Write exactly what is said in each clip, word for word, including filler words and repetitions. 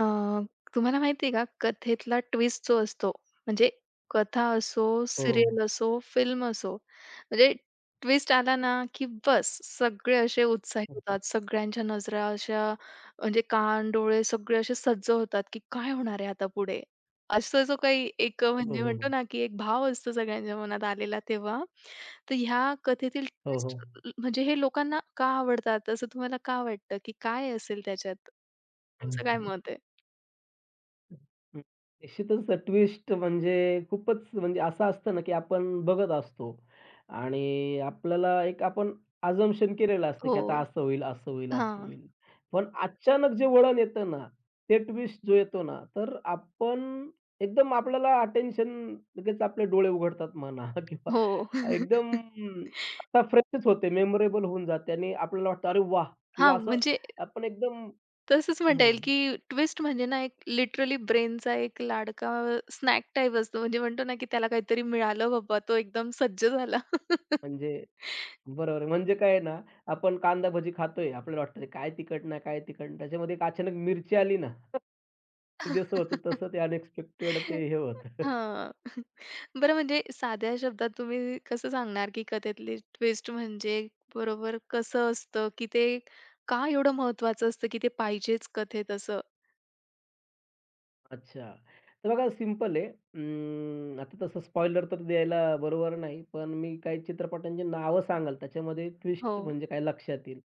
अ, तुम्हाला माहिती आहे का कथेतला ट्विस्ट जो असतो, म्हणजे कथा असो, हो, हो. सीरियल असो, फिल्म असो, म्हणजे ट्विस्ट आला ना, की बस सगळे असे उत्साही होतात. सगळ्यांच्या नजरा अशा म्हणजे कान, डोळे सगळे असे सज्ज होतात, की काय होणार आहे आता पुढे? असं जो काही एक अ, म्हणजे हो, हो. हो, म्हणतो हो. ना, की एक भाव असतो सगळ्यांच्या मनात आलेला तेव्हा. तर ह्या कथेतील हो, ट्विस्ट हो. म्हणजे हे लोकांना का आवडतात? असं तुम्हाला का वाटतं, की काय असेल त्याच्यात? तुमचं काय मत? हं. निश्चितच ट्विस्ट म्हणजे खूपच म्हणजे असं असतं ना, की आपण बघत असतो आणि आपल्याला एक आपण अझम्पशन केलेलं असतं, हो. की आता असं होईल, असं होईल, असं हां. होईल. पण अचानक जे वळण येतं ना, ते ट्विस्ट जो येतो ना, तर आपण एकदम आपल्याला अटेन्शन लगेच आपले डोळे उघडतात म्हणा किंवा हो. एकदम आता फ्रेशच होते, मेमोरेबल होऊन जाते आणि आपल्याला वाटतं, "अरे वाह!" किंवा हां, असं म्हणजे आपण एकदम तसंच म्हणता हं, येईल, की ट्विस्ट म्हणजे ना, एक लिटरली ब्रेनचा एक लाडका स्नॅक टाइप असतो. म्हणजे म्हणतो ना, की त्याला काहीतरी मिळालं बाबा, तो एकदम सज्ज झाला. म्हणजे बरोबर आहे. म्हणजे काय आहे ना, आपण कांदा भजी खातोय. आपल्याला वाटतं ते काय तिखट नाही, काय तिखट नाही. त्याच्यामध्ये एक अचानक मिरची आली ना, ते जसं होतं तसं ते अनएक्सपेक्टेड ते हे होतं. हां. बरं म्हणजे साध्या शब्दात तुम्ही कसं सांगणार, की कथेतली ट्विस्ट म्हणजे बरोबर कसं असतं, की ते का एवढं महत्वाचं असतं, की ते पाहिजेच कथेत असं? अच्छा. तर बघा सिंपल आहे. अं, आता तसं स्पॉइलर तर द्यायला बरोबर नाही. पण मी काही चित्रपटांची नावं सांगाल, त्याच्यामध्ये हो. ट्विस्ट म्हणजे काय लक्षात येईल.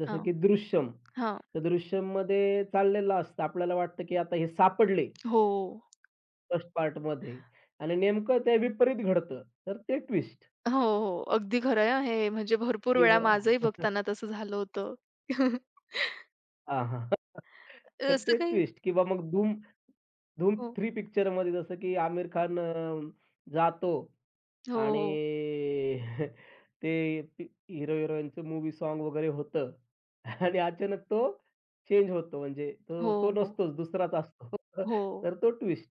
जसं हां. की दृश्यम. हां. तर दृश्यममध्ये चाललेलं असतं. आपल्याला वाटतं की आता हे सापडले हो. फर्स्ट पार्टमध्ये आणि नेमकं ते विपरीत घडतं. तर ते ट्विस्ट हो, हो. अगदी खरं आहे हां हे. म्हणजे भरपूर वेळा किंवा माझंही बघताना तसं झालं होतं. हां, हां. तर असं ते काही. ट्विस्ट किंवा मग धूम धूम हो, तीन पिक्चरमध्ये जसं की आमिर खान अ, जातो हो, आणि हो. ते हिरो-हिरोईनचं मूव्ही सॉन्ग वगैरे होतं आणि अचानक तो चेंज होतो म्हणजे हो, तो तो हो. नसतोच दुसराच असतो. हो, तर तो ट्विस्ट.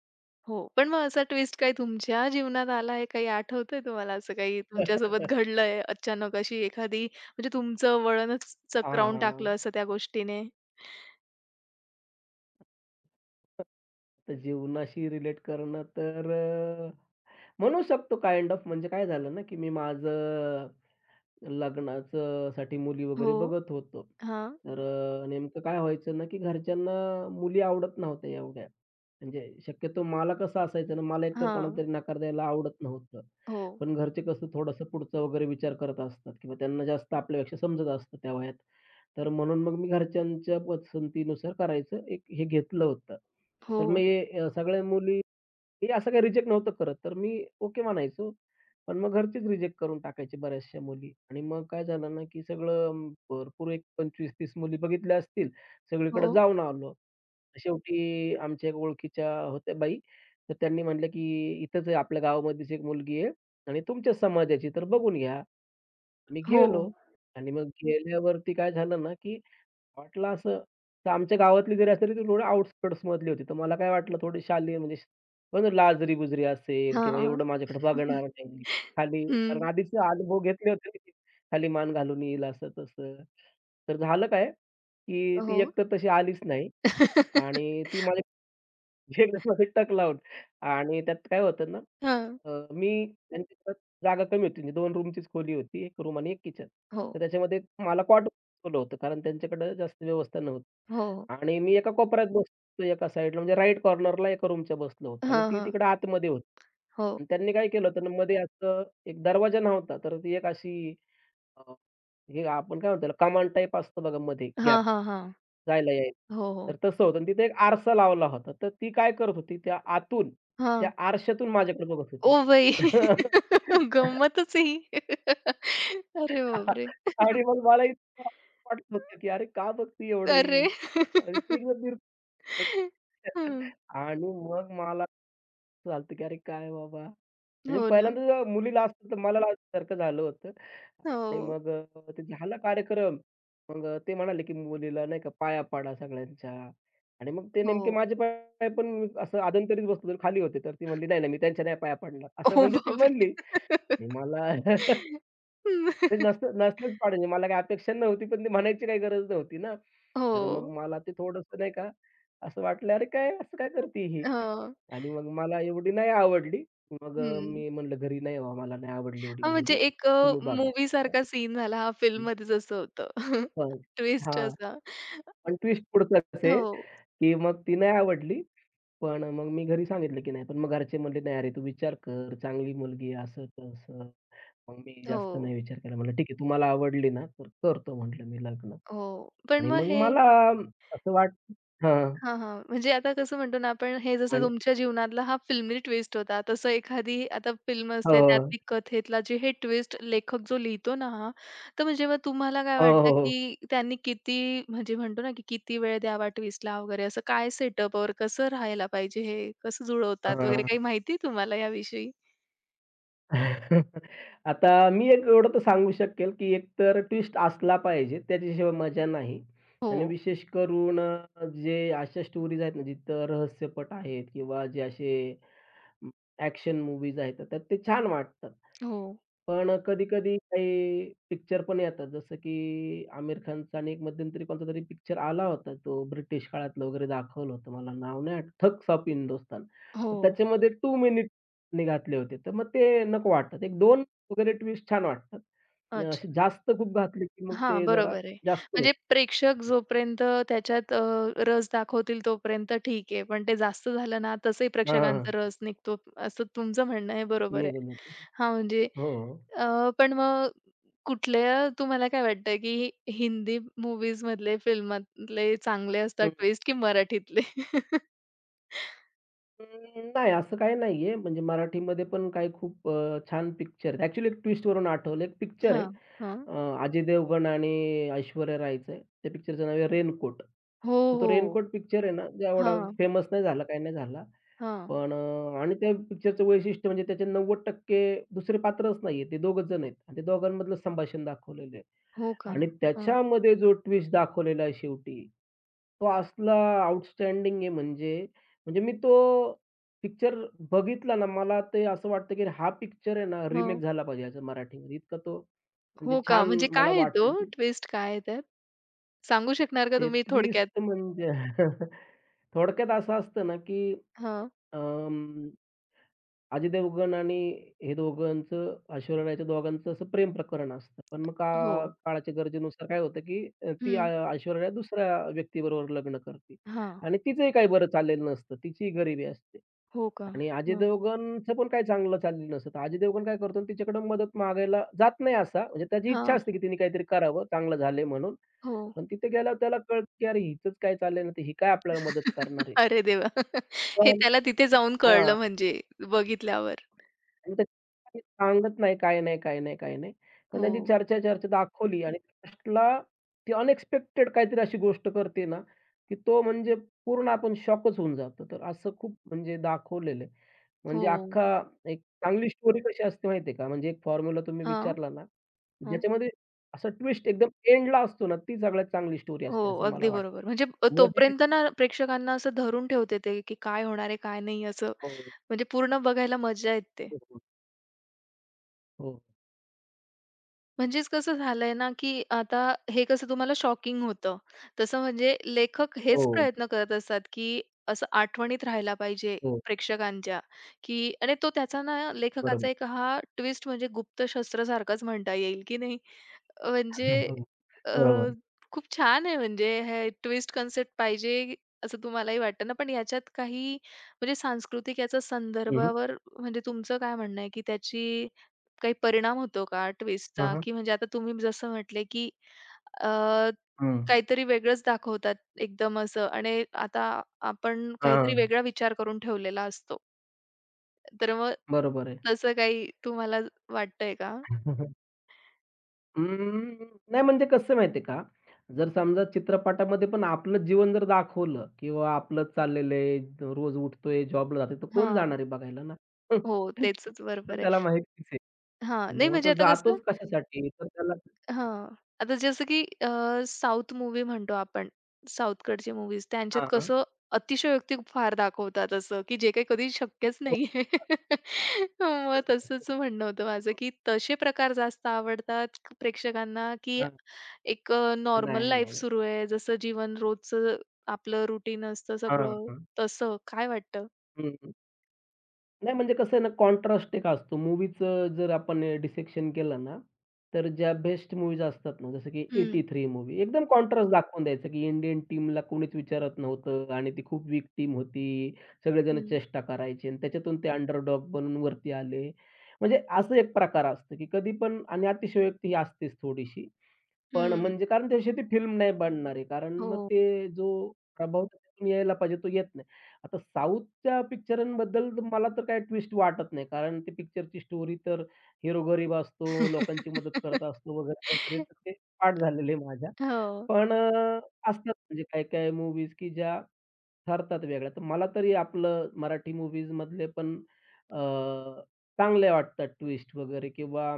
हो. पण मग असा ट्विस्ट काही तुमच्या जीवनात आला? काही आठवतंय तुम्हाला असं काही तुमच्यासोबत घडलंय अचानक अशी एखादी, म्हणजे तुमचं वळणच हां, चक्रावून टाकलं हां. असं त्या गोष्टीने? तर जीवनाशी रिलेट करणं तर अ, म्हणू शकतो काइंड ऑफ म्हणजे काय झालं ना, की मी माझं लग्नाचं साठी मुली हो. वगैरे बघत होतो. हां. तर अ, नेमकं काय व्हायचं ना, की घरच्यांना मुली आवडत नव्हत्या एवढ्या. म्हणजे शक्यतो मला कसं असायचं ना, मला एकतर कोणाला हां. तरी नकार द्यायला आवडत नव्हतं. हो. पण घरचे कसं थोडंसं पुढचा वगैरे विचार करत असतात किंवा त्यांना जास्त आपल्यापेक्षा समजत असतं त्या वयात. तर म्हणून मग मी घरच्यांच्या पसंतीनुसार करायचं एक हे घेतलं होतं. तर मग हो. हे अ, सगळ्या मुली ते असं काही रिजेक्ट नव्हतं करत. तर मी ओके म्हणायचो. पण मग घरचेच रिजेक्ट करून टाकायचे बऱ्याचशा मुली आणि मग काय झालं ना, की सगळं अं, भरपूर एक पंचवीस ते तीस मुली बघितल्या असतील. हो. सगळीकडे जाऊन आलो. शेवटी आमच्या एक ओळखीच्या होत्या बाई. तर त्यांनी म्हटलं, की "इथंच आहे आपल्या गावामध्येच एक मुलगी आहे आणि तुमच्याच समाजाची, तर बघून घ्या." मी हो. गेलो आणि मग गेल्यावरती काय झालं ना, की वाटलं असं, तर आमच्या गावातली जरी असली, ती थोडी आउटस्कट्समधली होती. तर मला काय वाटलं थोडी शालेय म्हणजे पण लाजरी-बुजरी असेल किंवा हां. एवढं माझ्याकडे बघणार नाही. खाली हं. कारण आधीच अनुभव घेतले होते ना, की खाली मान घालून येईल असं तसं. तर झालं काय, की हो. ती एकतर तशी आलीच नाही. आणि ती माझ्या जेवणामध्ये टक लावून आणि त्यात काय होतं ना, हां. अ, मी त्यांच्या घरात जागा कमी होती. म्हणजे दोन रूमचीच खोली होती. एक रूम आणि एक किचन. हो. तर त्याच्यामध्ये मला कॉट ठेवलं होतं. कारण त्यांच्याकडे जास्त व्यवस्था नव्हती हो. आणि मी एका कोपऱ्यात बसलो एका साईडला म्हणजे राइट कॉर्नरला एका रूमच्या बसलो होतो आणि हां, ती हां. तिकडे आतमध्ये होती. हो. आणि त्यांनी काय केलं होतं ना, मध्ये असं एक दरवाजा नव्हता. तर ती एक अशी अ, हे आपण काय म्हणतो कमान टाइप असतं बघा मध्ये गॅप. हां, हां, हां. जायला यायला. हो, हो. तर तसं होतं आणि तिथे एक आरसा लावला होता. तर ती काय करत होती त्या आतून, हां. त्या आरशातून माझ्याकडे बघत ओ होती. बाई! गंमतच आहे ही. अरे बापरे! आणि मग मला इतकं आश्चर्य वाटलं होतं, की "अरे का बघती एवढं अरे! ही?" आणि ती एकदम निर् हं. आणि मग मला असं झालं होतं, की "अरे काय बाबा!" म्हणजे हो ना. पहिल्यांदा जेव्हा मुलीला असतं तर मला लाजल्यासारखं झालं होतं. आणि हो, मग अ, ते झाला कार्यक्रम. मग अ, ते म्हणाले, की मुलीला नाही का पाया पाडा सगळ्यांच्या आणि मग ते नेमके हो. माझे पाय पण मी असं अधंतरीच बसलो तर खाली होते. तर ती म्हणली, "नाही, नाही, मी त्यांच्या नाही पाया पडणार." असं ओ म्हणजे ती बापरे! म्हणली आणि मला ते नसलं नसलंच पाडायचे. मला काही अपेक्षा नव्हती, पण ते म्हणायची काही गरज नव्हती ना. हो. तर मग मला ते थोडंसं नाही का असं वाटलं, "अरे काय असं काय करते ही?" हां. आणि मग मला एवढी नाही आवडली. मग अ, हं. मी म्हणलं, "घरी नाही हो, मला नाही आवडली एवढी हां, म्हणजे मुलगी. एक अ, तुम्ही बघा." हं. मूव्हीसारखा सीन झाला हा, फिल्ममध्येच असं होतं. हं. ट्विस्ट असा. पण ट्विस्ट पुढचाच आहे, हो, की मग ती नाही आवडली. पण मग मी घरी सांगितलं, की नाही. पण मग घरचे म्हणले, "नाही अरे, तू विचार कर, चांगली मुलगी आहे," असं-तसं. मग मी जास्त हो, नाही विचार केला. म्हणलं, "ठीक आहे, तुम्हाला आवडली ना, तर करतो," म्हटलं मी लग्न. हो. पण आणि मग मग हे मला असं वाटलं हां. हां, हां. म्हणजे आता कसं म्हणतो ना आपण, हे जसं आणि तुमच्या जीवनातला हा फिल्मी ट्विस्ट होता. तसं एखादी आता फिल्म हो, असते त्यातली कथेतला जे हे ट्विस्ट लेखक जो लिहितो ना हा, तर म्हणजे मग तुम्हाला काय हो, हो, वाटतं, हो, हो. की त्यांनी किती म्हणजे म्हणतो ना, की किती वेळ द्यावा ट्विस्टला वगैरे, असं काय सेटअपवर कसं राहायला पाहिजे, हे कसं जुळवतात वगैरे, काही माहिती आहे तुम्हाला याविषयी? आता मी एक एवढं तर सांगू शकेल, की एक तर ट्विस्ट असला पाहिजे, त्याच्याशिवाय मजा नाही. आणि हो, विशेष करून अ, जे अशा स्टोरीज आहेत ना, जिथं रहस्यपट आहेत किंवा जे असे ॲक्शन मूवीज आहेत, तर ते छान वाटतात. हो, पण अ, कधी-कधी काही पिक्चर पण येतात, जसं की आमिर खानचा आणि एक मध्यंतरी कोणता तरी पिक्चर आला होता, तो ब्रिटिश काळातलं वगैरे दाखवलं होतं. मला नाव नाही आठवत, ठग्स ऑफ हिंदुस्तान. हो. तर त्याच्यामध्ये दोन मिनिट्स घातले होते, तर मग ते नको वाटतात. एक दोन वगैरे ट्विस्ट छान वाटतात. अ, असे जास्त खूप घातले, की मग हां, ते जरा बरोबर आहे. जास्त होतं. म्हणजे प्रेक्षक जोपर्यंत त्याच्यात अ, रस दाखवतील तोपर्यंत ठीक आहे. पण ते जास्त झालं ना, तसंही हां, हां, प्रेक्षकांचा हां. रस निघतो, असं तुमचं म्हणणं आहे, बरोबर आहे. निघून येतं. हां, म्हणजे हो, हो. अ, पण मग कुठल्या तुम्हाला काय वाटतं, की हिंदी मूव्हीजमधले, फिल्मातले चांगले असतात ट्विस्ट की मराठीतले? अं, नाही असं काही नाहीये. म्हणजे मराठीमध्ये पण काही खूप अ, छान पिक्चर आहेत. ॲक्चुअली एक ट्विस्टवरून आठवलं. एक पिक्चर हां, आहे हां. अ, अजय देवगण आणि ऐश्वर्या रायचं आहे. त्या पिक्चरचं नाव आहे रेनकोट. हो, तर तो हो. रेनकोट पिक्चर आहे ना, जे एवढा हां, फेमस नाही झाला, काही नाही झाला. हां. पण अ, आणि त्या पिक्चरचं वैशिष्ट्य म्हणजे त्याचे नव्वद टक्के दुसरे पात्रच नाहीये. ते दोघंच जण आहेत आणि ते दोघांमधलं संभाषण दाखवलेलं आहे हो का? आणि हां. त्याच्यामध्ये जो ट्विस्ट दाखवलेला आहे शेवटी तो असला आउटस्टँडिंग आहे म्हणजे, म्हणजे मी तो पिक्चर बघितला ना, मला ते असं वाटतं, की हा पिक्चर आहे ना, रिमेक हो. झाला पाहिजे याचा मराठीमध्ये. इतका तो हो म्हणजे का? छान म्हणजे मला काय आहे तो? वाटलं, ट्विस्ट काय आहे, सांगू शकणार का ते तुम्ही थोडक्यात? ट्विस्ट म्हणजे थोडक्यात असं असतं ना, की हां. अजय देवगण आणि हे दोघांचं, ऐश्वर्या रायच्या दोघांचं असं प्रेम प्रकरण असतं. पण मग हो. का काळाच्या गरजेनुसार काय होतं, की अ, ती हं. ऐ ऐश्वर्या राय दुसऱ्या व्यक्तीबरोबर लग्न करते हां. आणि तिचंही काही बरं चाललेलं नसतं. तिचीही गरिबी असते हो का? आणि अजय हं. देवगणचं पण काही चांगलं चाललेलं नसतं. तर अजय देवगण काय करतो तिच्याकडे मदत मागायला जात नाही असा, म्हणजे त्याची इच्छा हां. असते, की तिने काहीतरी करावं, चांगलं झालंय म्हणून. हो. पण तिथे गेल्यावर त्याला कळतं, की अरे हिचंच काय चाललंय ना, तर ही काय आपल्याला मदत करणार आहे. अरे देवा! हे पण त्याला तिथे जाऊन कळलं, हां. म्हणजे बघितल्यावर. आणि ते काही सांगत नाही, काय नाही, काय नाही, काय नाही. पण हो. त्यांची चर्चा, चर्चा दाखवली आणि लास्टला ती अनएक्सपेक्टेड काहीतरी अशी गोष्ट करते ना, की तो म्हणजे पूर्ण आपण शॉकच होऊन जातो. तर असं खूप म्हणजे दाखवलेलं आहे. हो. म्हणजे अख्खा एक चांगली स्टोरी कशी असते माहिती आहे का? म्हणजे एक फॉर्म्युला तुम्ही हां. विचारला ना, हां. ज्याच्यामध्ये असा ट्विस्ट एकदम एंडला असतो ना, ती सगळ्यात चांगली स्टोरी हो, असते असं अगदी मला बरोबर. वाटतं. म्हणजे अ, मध्ये तोपर्यंत ना प्रेक्षकांना असं धरून ठेवते ते, की काय होणार आहे, काय नाही असं, हो, हो, म्हणजे पूर्ण बघायला मजा येते. हो, हो, म्हणजेच कसं झालंय ना, की आता हे कसं तुम्हाला शॉकिंग होतं. तसं म्हणजे लेखक हेच हो, प्रयत्न करत असतात, की असं आठवणीत राहायला पाहिजे हो, प्रेक्षकांच्या, की आणि तो त्याचा ना, लेखकाचा बरोबर. एक हा ट्विस्ट म्हणजे गुप्त शस्त्रासारखाच म्हणता येईल, की नाही? अ, म्हणजे हो, अ, बरोबर. खूप छान आहे, म्हणजे हे ट्विस्ट कन्सेप्ट पाहिजे असं तुम्हालाही वाटतं ना, पण याच्यात काही म्हणजे सांस्कृतिक याचा हं, हं. संदर्भावर, म्हणजे तुमचं काय म्हणणं आहे, की त्याची काही परिणाम होतो का हां, ट्विस्टचा? हां. की म्हणजे आता तुम्ही जसं म्हटले, की अ, काहीतरी वेगळंच दाखवतात एकदम असं, आणि आता आपण काहीतरी हां, वेगळा विचार करून ठेवलेला असतो. तर मग बरोबर आहे. तसं काही तुम्हाला वाटतंय का? अं, नाही म्हणजे कसं माहिती आहे का, जर समजा चित्रपटामध्ये पण आपलं जीवन जर दाखवलं किंवा आपलंच चाललेलं आहे, रोज उठतोय, जॉबला जातोय, तर कोण हां. जाणार आहे बघायला ना? हो, तेच तर बरोबर त्याला आहे. माहितीच आहे. हां, नाही मग म्हणजे तो आता कसं जातोच कशासाठी? तर त्याला हां. आता जसं की अ, साउथ मूव्ही म्हणतो आपण, साउथकडचे मूव्हीज त्यांच्यात हां. कसं अतिशयोक्ती फार दाखवतात असं, की जे काही कधी शक्यच नाहीये. मग हो. तसंच म्हणणं होतं माझं, की तसे प्रकार जास्त आवडतात क- प्रेक्षकांना, की हां, एक नॉर्मल नाही, लाईफ नाही. सुरू आहे, जसं जीवन रोजचं आपलं रुटीन असतं हां, सगळं, हां. तसं काय वाटतं? हं. नाही, म्हणजे कसं आहे ना, कॉन्ट्रास्ट एक असतो. मूव्हीचं जर आपण अ, डिसेक्शन केलं ना, तर ज्या बेस्ट मूव्हीज असतात ना, जसं की हं, एट्टी थ्री मूव्ही एकदम कॉन्ट्रास्ट दाखवून द्यायचं, की इंडियन टीमला कोणीच विचारत नव्हतं आणि ती खूप वीक टीम होती. सगळेजण हं, चेष्टा करायचे आणि त्याच्यातून ते अंडरडॉग बनून वरती आले. म्हणजे असं एक प्रकार असतो, की कधी पण आणि अतिशयोक्ती ही असतेच थोडीशी. पण हं. म्हणजे कारण त्याविषयी ती फिल्म नाही बनणार आहे. कारण मग हो. ते जो प्रभाव त्याच्यातून यायला पाहिजे तो येत नाही. आता साऊथच्या पिक्चरांबद्दल तर मला तर काही ट्विस्ट वाटत नाही. कारण ती पिक्चरची स्टोरी तर हिरो गरीब असतो, लोकांची मदत करत असतो वगैरे, वगैरे. तर ते पाठ झालेलं आहे माझ्या. हो. पण अ, असतात म्हणजे काही-काही मूव्हीज की ज्या ठरतात वेगळ्या. तर मला तरी आपलं मराठी मूव्हीजमधले पण अ, चांगले वाटतात ट्विस्ट वगैरे किंवा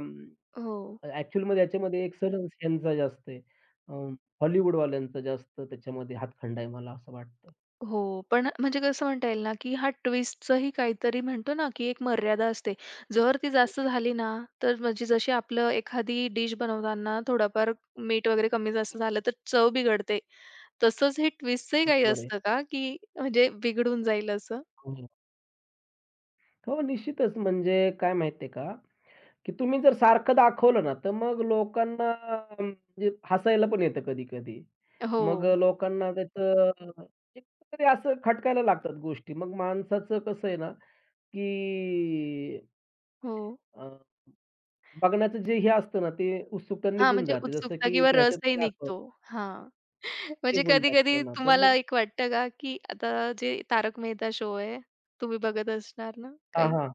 हो. ॲक्चुअलमध्ये याच्यामध्ये एक सलन्स यांचा जास्त आहे. अ, हॉलिवूडवाल्यांचा जास्त त्याच्यामध्ये हातखंडा आहे मला असं वाटतं. हो, पण म्हणजे कसं म्हणता येईल ना, की हा ट्विस्टचंही काहीतरी म्हणतो ना, की एक मर्यादा असते. जर ती जास्त झाली ना, तर म्हणजे जशी आपलं एखादी डिश बनवताना थोडंफार मीठ वगैरे कमी-जास्त झालं, तर चव बिघडते. तसंच हे ट्विस्टचंही काही बरोबर आहे. असतं का, की म्हणजे बिघडून जाईल असं? हो. हो, निश्चितच म्हणजे काय माहिती आहे का, की तुम्ही जर सारखं दाखवलं ना, तर मग लोकांना अ, म्हणजे हसायला पण येतं कधी-कधी. मग अ, हो, लोकांना त्याचं एक तरी असं खटकायला लागतात गोष्टी. मग माणसाचं कसं आहे ना, की हो. अ, बघण्याचं जे हे असतं ना, ते उत्सुकता हां, निघून म्हणजे जाते. जसं उत्सुकता की किंवा ह्याच्यात रसही दाखवलं निघतो. हां. म्हणजे निघून जातो कधी-कधी ना, तर तुम्हाला मग एक वाटतं का, की आता जे तारक मेहता शो आहे, तुम्ही बघत असणार ना हां, काही? हां.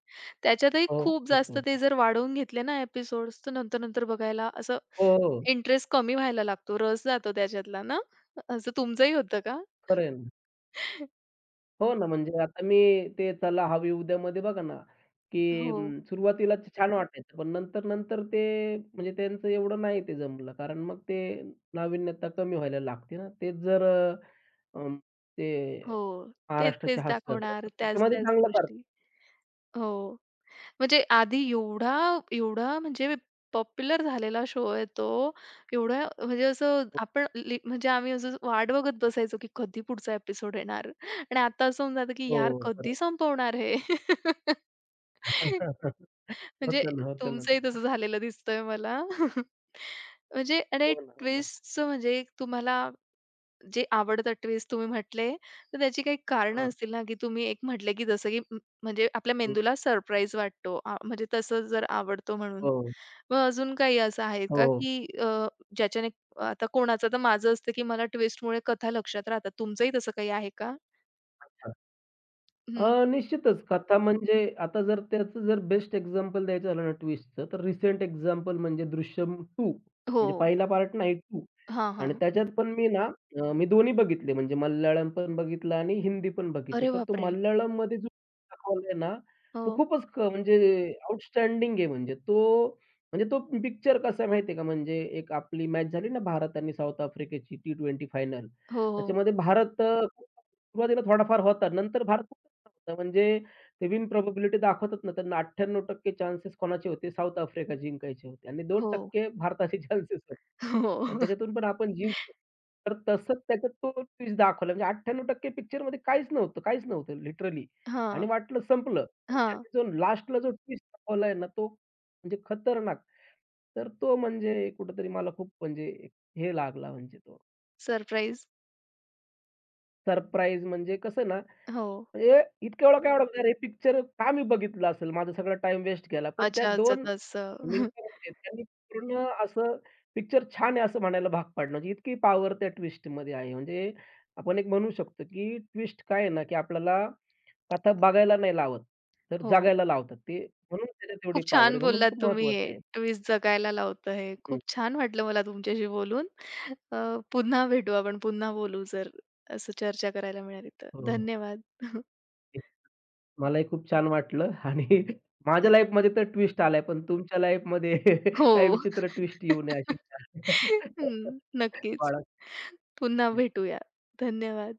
त्याच्यातही हो, खूप जास्त होतो. ते जर वाढवून घेतले ना एपिसोड्स, तर नंतर-नंतर बघायला असं हो, हो. इंटरेस्ट कमी व्हायला लागतो, रस जातो त्याच्यातला ना? असं तुमचंही होतं का? खरं आहे ना. हो ना, म्हणजे आता मी ते चला हवी उद्यामध्ये बघा ना, की हो, अं, सुरुवातीला छान वाटायचं, पण नंतर-नंतर ते म्हणजे त्यांचं एवढं नाही ते जमलं, कारण मग ते नाविन्यता कमी व्हायला लागते ना. तेच जर अ, अं, ते हो. महाराष्ट्राची तेच-तेच हास्य जत्रा, दाखवणार, तर त्याच्यामध्ये त्याच-त्याच चांगला गोष्टी. करतात. हो. म्हणजे आधी एवढा एवढा म्हणजे पॉप्युलर झालेला शो आहे तो. एवढा म्हणजे असं आपण लि म्हणजे आम्ही असं वाट बघत बसायचो, की कधी पुढचा एपिसोड येणार, आणि आता असं होऊन जातं, की यार हो, खरं कधी आहे. संपवणार हे? होतं म्हणजे ना, होतं ना तुमचंही तसं. तसं झालेलं दिसतंय मला. म्हणजे आणि हो ना, हो ना. ट्विस्टचं म्हणजे तुम्हाला जे आवडता ट्विस्ट तुम्ही म्हटले, तर त्याची काही कारणं हां. असतील ना, की तुम्ही एक म्हटले, की जसं की म म्हणजे आपल्या हं. मेंदूला सरप्राईज वाटतो. आ, म्हणजे तसं जर आवडतो म्हणून. हो, मग अजून काही असं आहे का, हो. की अ, ज्याच्याने आता कोणाचं तर माझं असतं, की मला ट्विस्टमुळे कथा लक्षात राहतात. तुमचंही तसं काही आहे का? हं. अ, निश्चितच कथा म्हणजे आता जर त्याचं जर बेस्ट एक्झाम्पल द्यायचं झालं ना ट्विस्टचं, तर रिसेंट एक्झाम्पल म्हणजे दृश्यम दोन हो. म्हणजे पहिला पार्ट नाही दोन हां, आणि हां. त्याच्यात पण मी ना अ, मी दोन्ही बघितले म्हणजे मल्याळम पण बघितलं आणि हिंदी पण बघितलं. अरे तर तो बापरे! मल्याळममध्ये जो दाखवलाय ना, तो हो. खूपच क म्हणजे आउटस्टँडिंग आहे म्हणजे तो म्हणजे तो पिक्चर कसा आहे माहिती का म्हणजे एक आपली मॅच झाली ना भारत आणि साऊथ आफ्रिकेची टी-ट्वेंटी फायनल हो, हो. त्याच्यामध्ये भारत अ सुरुवातीला थोडाफार होता. नंतर भारत खूप चांगला होता. म्हणजे ते विन प्रोबॅबिलिटी दाखवतात ना, त्यांना अठ्ठ्याण्णव टक्के चान्सेस कोणाचे होते? साऊथ आफ्रिका जिंकायचे होते आणि हो. दोन टक्के भारताचे चान्सेस होते. हो. आणि त्याच्यातून पण आपण जिंकलो. तर तसंच त्याच्यात तो ट्विस्ट दाखवला. म्हणजे अठ्ठ्याण्णव टक्के पिक्चरमध्ये काहीच नव्हतं, काहीच नव्हतं लिटरली हां, आणि वाटलं संपलं. पण हां. त्यांनी जो लास्टला जो ट्विस्ट दाखवलाय ना, तो म्हणजे खतरनाक. तर तो म्हणजे कुठेतरी मला खूप म्हणजे हे लागला म्हणजे तो सरप्राईज. सरप्राईज म्हणजे कसं ना हो. म्हणजे इतक्या वेळा काय ओळखणार हे पिक्चर का मी बघितलं असेल? माझा सगळा टाइम वेस्ट गेला. पण त्या अच्छा, अच्छा. दोन तसं. मिनिटांमध्ये त्यांनी पूर्ण असं पिक्चर छान आहे असं म्हणायला भाग पाडलं. म्हणजे इतकी पॉवर त्या ट्विस्ट ट्विस्टमध्ये आहे. म्हणजे आपण एक म्हणू शकतो, की ट्विस्ट काय आहे ना, की आपल्याला कथा बघायला नाही लावत, तर हो. जागायला लावतात. ते म्हणून त्याच्यात एवढी खूप पॉवर छान आहे. म्हणून बोललात ते तुम्ही महत्वाचं हे. आहे. ट्विस्ट जगायला लावतं हे. हं. खूप छान वाटलं मला तुमच्याशी बोलून. अ, पुन्हा भेटू आपण, पुन्हा बोलू जर असं चर्चा करायला मिळाली तर. हो. धन्यवाद. मलाही खूप छान वाटलं आणि माझ्या लाईफमध्ये तर ट्विस्ट आलाय, पण तुमच्या लाईफमध्ये हो. काही विचित्र ट्विस्ट येऊ नये अशी हं, नक्कीच. बाळगतो. पुन्हा भेटूया. धन्यवाद.